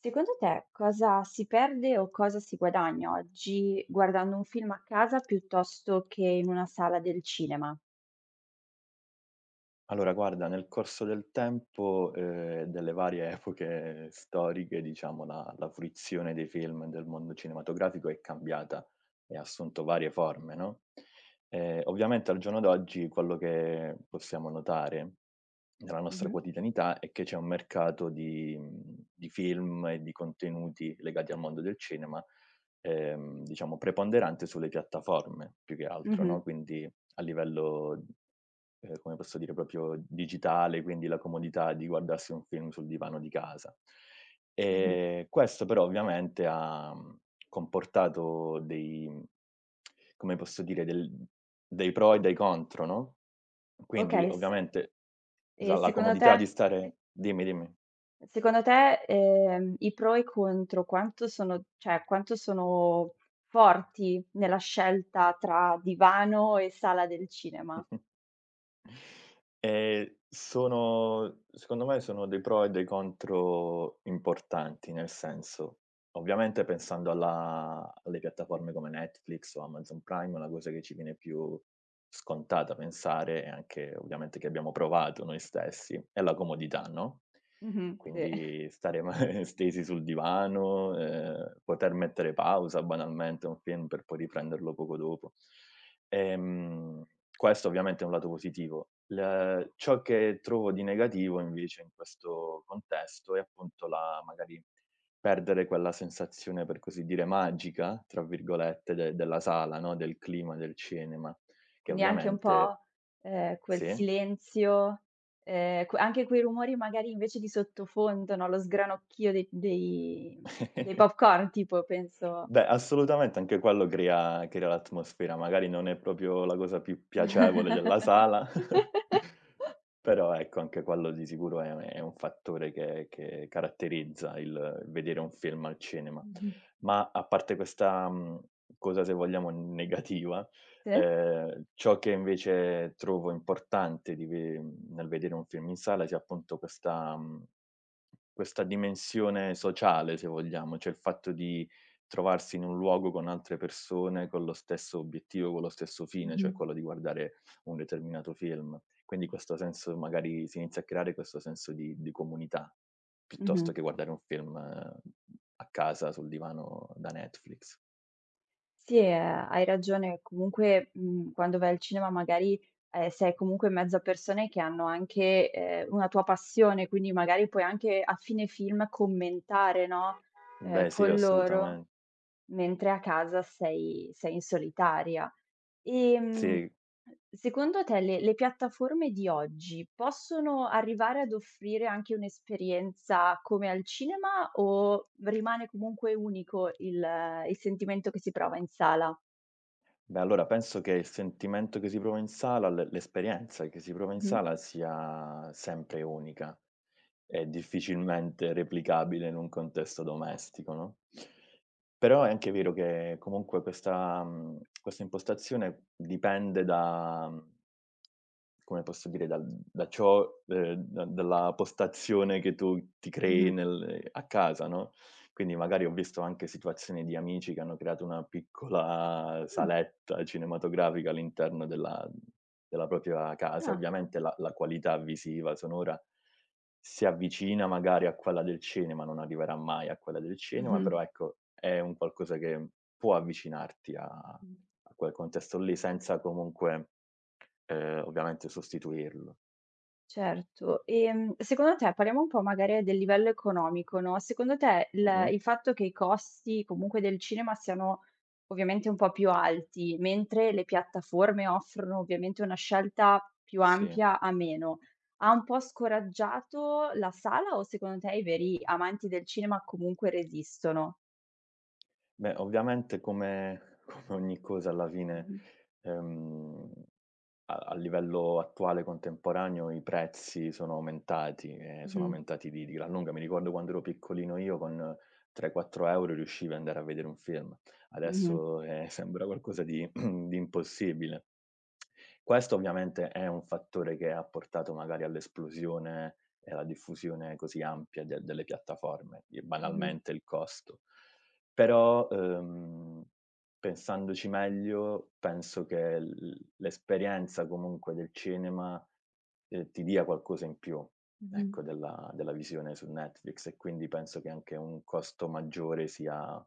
Secondo te cosa si perde o cosa si guadagna oggi guardando un film a casa piuttosto che in una sala del cinema? Allora guarda, nel corso del tempo, delle varie epoche storiche, diciamo, la fruizione dei film e del mondo cinematografico è cambiata e ha assunto varie forme, no, ovviamente al giorno d'oggi quello che possiamo notare nella nostra Mh-mh, quotidianità è che c'è un mercato di film e di contenuti legati al mondo del cinema, diciamo preponderante sulle piattaforme più che altro, mh-mh, no, quindi a livello, come posso dire, proprio digitale, quindi la comodità di guardarsi un film sul divano di casa. mh-mh. Questo però ovviamente ha, comportato dei come posso dire, del dei pro e dei contro, no, quindi Okay, s ovviamente la e la secondo comodità te di sì, stare dimmi, dimmi. secondo te, i pro e i contro quanto sono forti nella scelta tra divano e sala del cinema? Sono secondo me sono dei pro e dei contro importanti, nel senso, ovviamente pensando alla alle piattaforme come Netflix o Amazon Prime, la cosa che ci viene più scontata pensare, e anche ovviamente che abbiamo provato noi stessi, è la comodità, no, Mh-mh, sì. quindi stare ma stesi sul divano, poter mettere pausa banalmente a un film per poi riprenderlo poco dopo. Ehm, Questo ovviamente è un lato positivo. Il ciò che trovo di negativo invece in questo contesto è appunto la magari perdere quella sensazione, per così dire, "magica" tra virgolette de della sala, no, del clima del cinema, che Quindi anche un ovviamente po', quel sì? silenzio, que anche quei rumori magari invece di sottofondo, no, lo sgranocchio dei dei dei popcorn tipo penso. Beh, assolutamente anche quello crea l'atmosfera, magari non è proprio la cosa più piacevole della sala, però ecco anche quello di sicuro è un fattore che caratterizza il vedere un film al cinema. Mh-mh. Ma a parte questa, cosa se vogliamo negativa, Sì? Ciò che invece trovo importante di ve nel vedere un film in sala sia appunto questa, questa dimensione sociale se vogliamo, cioè il fatto di trovarsi in un luogo con altre persone con lo stesso obiettivo, con lo stesso fine, Mh-mh. cioè quello di guardare un determinato film. Quindi questo senso magari si inizia a creare questo senso di comunità, Mh-mh. piuttosto che guardare un film a casa sul divano da Netflix. Sì, hai ragione. Comunque, quando vai al cinema magari, sei comunque in mezzo a persone che hanno anche, una tua passione, quindi magari puoi anche a fine film commentare, no, Beh sì, con loro. assolutamen Mentre a casa sei in solitaria. Ehm, sì. secondo te le piattaforme di oggi possono arrivare ad offrire anche un'esperienza come al cinema o rimane comunque unico il sentimento che si prova in sala? Beh, allora penso che il sentimento che si prova in sala, l'esperienza che si prova in Mh-mh. sala sia sempre unica e difficilmente replicabile in un contesto domestico, no, però è anche vero che comunque questa impostazione dipende da mhmm come posso dire, dal da ciò da dalla postazione che tu ti crei Mh-mh. nel a casa, no, quindi magari ho visto anche situazioni di amici che hanno creato una piccola Mh. saletta cinematografica all'interno della propria casa. Ah. Ovviamente la qualità visiva, sonora si avvicina magari a quella del cinema, non arriverà mai a quella del cinema, Mh-mh. però ecco, è un qualcosa che può avvicinarti a Mh. a quel contesto lì senza comunque, ovviamente sostituirlo. Certo. Secondo te parliamo un po' magari del livello economico, no, secondo te il Mh-mh. il fatto che i costi comunque del cinema siano ovviamente un po' più alti, mentre le piattaforme offrono ovviamente una scelta più Sì. ampia a meno, ha un po' scoraggiato la sala o secondo te i veri amanti del cinema comunque resistono? Beh, ovviamente come ogni cosa alla fine, Mh-mh, ehm, a livello attuale, contemporaneo, i prezzi sono aumentati e sono mh-mh, aumentati di gran lunga. Mi ricordo quando ero piccolino io con 3, 4 € riuscivi ad andare a vedere un film. mh-mh, Adesso, sembra qualcosa di di impossibile. Questo ovviamente è un fattore che ha portato magari all'esplosione e alla diffusione così ampia de delle piattaforme, i mh-mh, banalmente il costo. Però, pensandoci meglio, penso che l'esperienza comunque del cinema, ti dia qualcosa in più, mh-mh, ecco, della visione su Netflix e quindi penso che anche un costo maggiore sia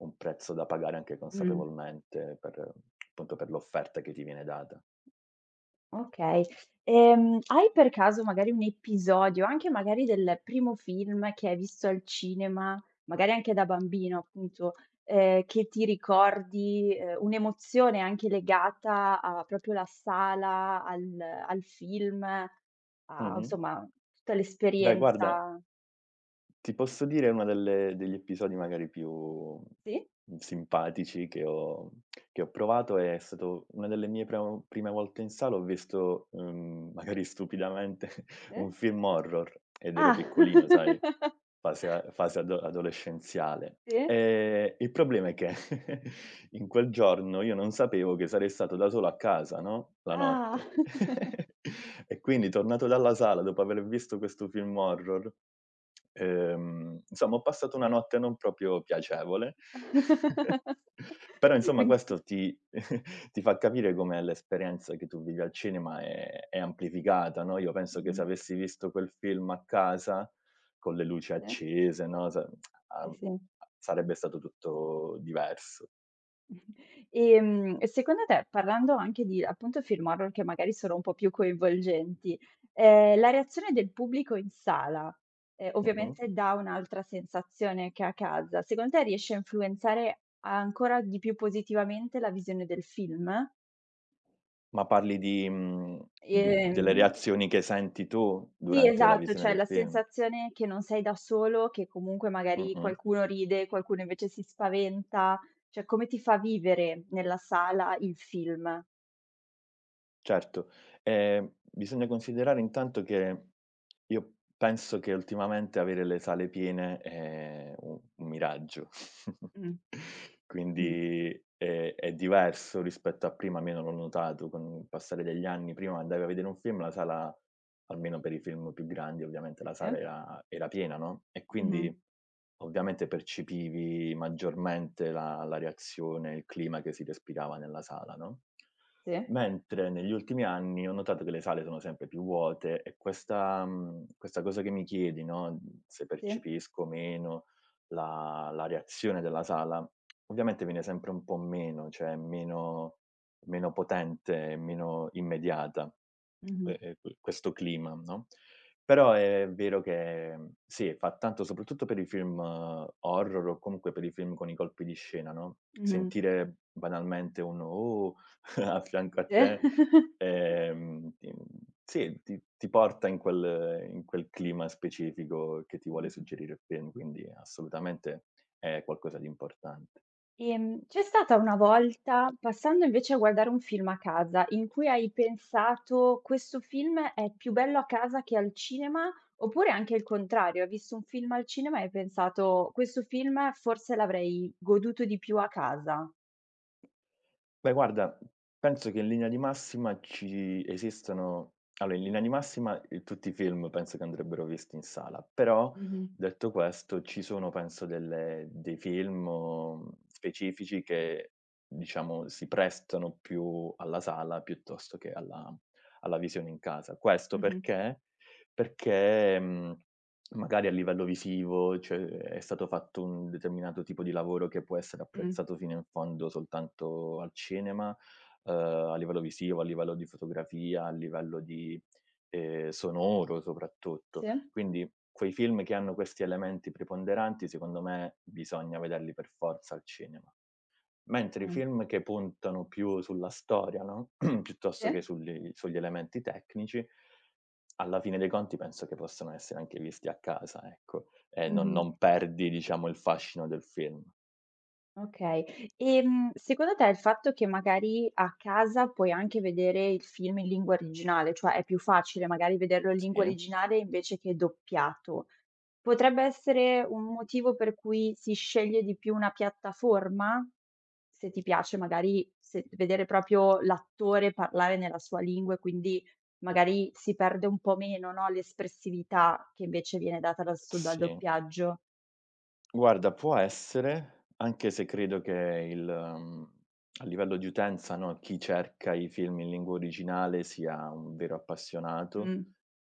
un prezzo da pagare anche mh. consapevolmente per appunto, per l'offerta che ti viene data. Okay. Hai per caso magari un episodio, anche magari del primo film che hai visto al cinema, magari anche da bambino appunto, che ti ricordi, un'emozione anche legata a proprio la sala, al film, a Mh-mh. insomma tutta Beh, guarda. l'esperienza Ti posso dire una delle degli episodi magari più sì? simpatici che ho provato è stato una delle mie pramo prime volte in sala, ho visto, magari stupidamente Sì? un film horror ed ero Ah. piccolino, sai, fase adolescenziale. Sì? Il problema è che in quel giorno io non sapevo che sarei stato da solo a casa, no, la Ah. notte. E quindi tornato dalla sala dopo aver visto questo film horror, insomma ho passato una notte non proprio piacevole. Però insomma Quindi questo ti ti fa capire come l'esperienza che tu vivi al cinema è amplificata, no, io penso che mh-mh. se avessi visto quel film a casa, con le luci Sì, accese, no, sa sì, a sì. sarebbe stato tutto diverso. Ehm, e secondo te, parlando anche di appunto film horror che magari sono un po' più coinvolgenti, la reazione del pubblico in sala, Mh-mh. ovviamente dà un'altra sensazione che a casa, secondo te riesce a influenzare ancora di più positivamente la visione del film? Ma parli di di Ehm delle reazioni che senti tu sì, durante la esatto, visione cioè del la film? sensazione che non sei da solo, che comunque magari Mh-mh. qualcuno ride, qualcuno invece si spaventa, cioè come ti fa vivere nella sala il film? Certo, bisogna considerare intanto che io penso che ultimamente avere le sale piene è u un miraggio. Mh, mh-mh. Quindi è diverso rispetto a prima, almeno l'ho notato con il passare degli anni. Prima andavi a vedere un film, la sala, almeno per i film più grandi ovviamente, la Sì, sala era piena, no, e mh-mh. quindi ovviamente percepivi maggiormente la reazione, il clima che si respirava nella sala, no? Sì, Mentre negli ultimi anni ho notato che le sale sono sempre più vuote e questa cosa che mi chiedi, no, se sì, percepisco meno la reazione della sala, ovviamente viene sempre un po' meno, cioè è meno potente, meno immediata, mh-mh, questo clima, no, però è vero che sì, fa tanto soprattutto per i film horror o comunque per i film con i colpi di scena, no, mh-mh, sentire banalmente un: "Oh!" a fianco a sì. te, ehm, ti mhmm, sì, ti porta in quel clima specifico che ti vuole Mh-mh. suggerire il film, quindi assolutamente è qualcosa di importante. C'è stata una volta, passando invece a guardare un film a casa, in cui hai pensato: "Questo film è più bello a casa che al cinema", oppure anche il contrario, hai visto un film al cinema e hai pensato: "Questo film forse l'avrei goduto di più a casa"? Beh guarda, penso che in linea di massima ci esistano allora in linea di massima, tutti i film penso che andrebbero visti in sala, però Mh-mh, detto questo ci sono penso delle dei film, specifici che diciamo si prestano più alla sala piuttosto che alla visione in casa. Questo mh-mh, perché? Perché, mhmm magari a livello visivo, cioè è stato fatto un determinato tipo di lavoro che può essere mh. apprezzato fino in fondo soltanto al cinema, a livello visivo, a livello di fotografia, a livello di sonoro Sì, soprattutto. Quindi quei film che hanno questi elementi preponderanti, secondo me bisogna vederli per forza al cinema. Mentre i mh, film che puntano più sulla storia, no, piuttosto sì, che sugli elementi tecnici, alla fine dei conti penso che possano essere anche visti a casa, ecco, e non mh-mh. non perdi, diciamo, il fascino del film. Okay. Secondo te il fatto che magari a casa puoi anche vedere il film in lingua originale, cioè è più facile magari vederlo in lingua Sì, originale invece che doppiato, potrebbe essere un motivo per cui si sceglie di più una piattaforma? Se ti piace magari se vedere proprio l'attore parlare nella sua lingua e quindi magari si perde un po' meno, no, l'espressività che invece viene data dal sì. doppiaggio. Guarda, può essere, anche se credo che a livello di utenza, no, chi cerca i film in lingua originale sia un vero appassionato. Mh,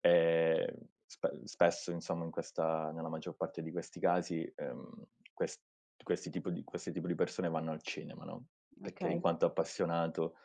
Spesso insomma in questa nella maggior parte di questi casi, ques questi tipo di persone vanno al cinema, no, perché in okay. quanto appassionato,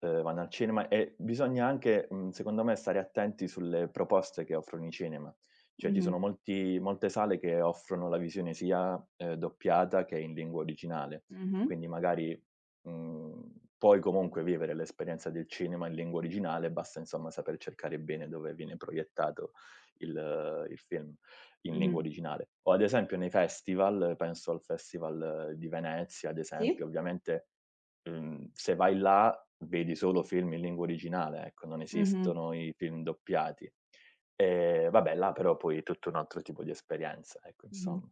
vanno al cinema e bisogna anche, secondo me stare attenti sulle proposte che offrono i cinema. Cioè ci Mh-mh. sono molti molte sale che offrono la visione sia, doppiata che in lingua originale. Mh-mh. Quindi magari Mhmm, puoi comunque vivere l'esperienza del cinema in lingua originale, basta insomma saper cercare bene dove viene proiettato il film in lingua Mh-mh. originale. O ad esempio nei festival, penso al Festival di Venezia ad esempio, Sì. ovviamente, se vai là vedi solo film in lingua originale, ecco, non Mh-mh. esistono i film doppiati. Vabbè là però poi è tutto un altro tipo di esperienza, ecco Mh-mh. insomma.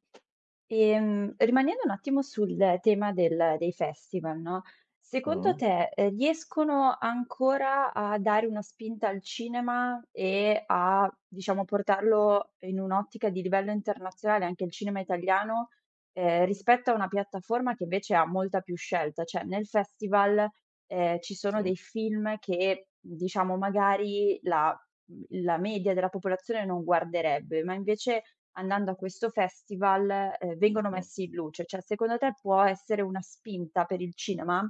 Rimanendo un attimo sul tema del dei festival, no, secondo Mh-mh. te, riescono ancora a dare una spinta al cinema e a, diciamo, portarlo in un'ottica di livello internazionale, anche il cinema italiano, rispetto a una piattaforma che invece ha molta più scelta? Cioè nel festival, ci sono Sì. dei film che, diciamo, magari la media della popolazione non guarderebbe, ma invece andando a questo festival, vengono Mh-mh. messi in luce. Cioè, secondo te può essere una spinta per il cinema?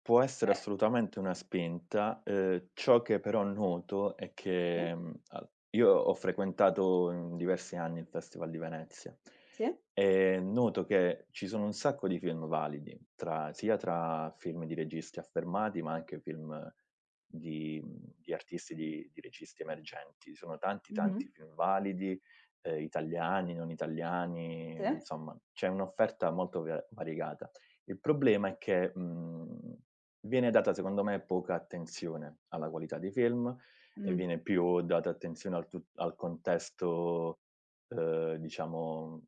Può essere Cioè assolutamente una spinta, ciò che però noto è sì, che, al io ho frequentato in diversi anni il Festival di Venezia sì, e noto che ci sono un sacco di film validi, tra sia tra film di registi affermati, ma anche film di artisti, di registi emergenti. Ci sono tanti, mh-mh, tanti film validi, italiani, non italiani, sì, insomma c'è un'offerta molto va variegata. Il problema è che, mhmm viene data secondo me poca attenzione alla qualità dei film e mh, viene più data attenzione al contesto, diciamo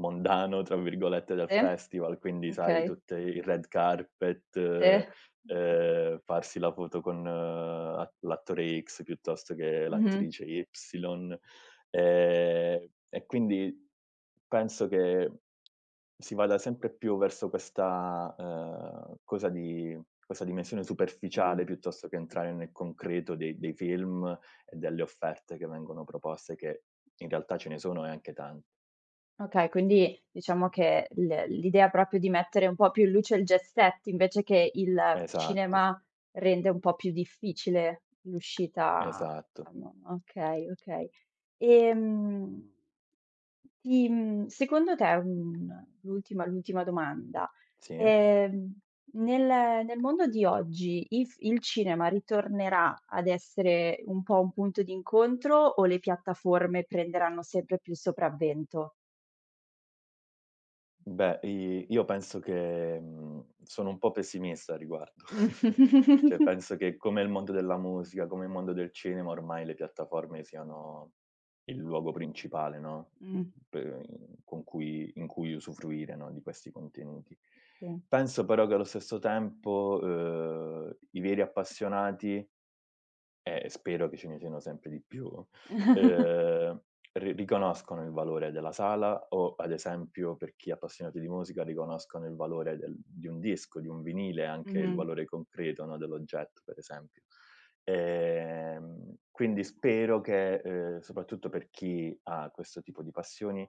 "mondano" tra virgolette del sì, festival, quindi sai okay, tutte il red carpet, sì. Farsi la foto con a l'attore X piuttosto che Mh-mh, l'attrice Y. E quindi penso che si vada sempre più verso questa, cosa di questa dimensione mh. superficiale piuttosto che entrare nel concreto dei film e delle offerte che vengono proposte, che in realtà ce ne sono e anche tan Okay, quindi diciamo che l'idea proprio di mettere un po' più in luce il jet set, invece che il esatto, cinema, rende un po' più difficile l'uscita esatto, diciamo okay, okay. Ehm, ti mhmm, secondo te, un l'ultima domanda, sì. ehm, nel mondo di oggi i f il cinema ritornerà ad essere un po' un punto d'incontro o le piattaforme prenderanno sempre più il sopravvento? Beh, i io penso che, sono un po' pessimista a riguardo. Cioè penso che come il mondo della musica, come il mondo del cinema, ormai le piattaforme siano il luogo principale, no, mh, per con cui in cui usufruire, no, di questi contenuti. sì. Penso però che allo stesso tempo, i veri appassionati spero che ce ne siano sempre di più. Ehm, ri riconoscono il valore della sala o, ad esempio, per chi è appassionato di musica, riconoscono il valore del di un disco, di un vinile, anche il Mh-mh. valore concreto, no, dell'oggetto, per esempio. Quindi spero che, soprattutto per chi ha questo tipo di passioni,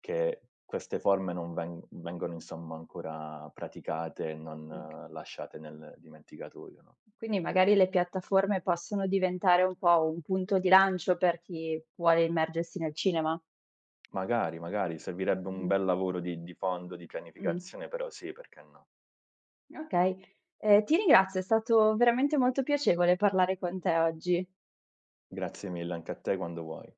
che queste forme non vengano, insomma, ancora praticate e non Okay. Lasciate nel dimenticatoio, no? Quindi magari le piattaforme possono diventare un po' un punto di lancio per chi vuole immergersi nel cinema. Magari, magari, servirebbe un Mh-mh. bel lavoro di fondo, di Mh. pianificazione, però sì, perché no. Okay, ti ringrazio, è stato veramente molto piacevole parlare con te oggi. Grazie mille anche a te quando vuoi.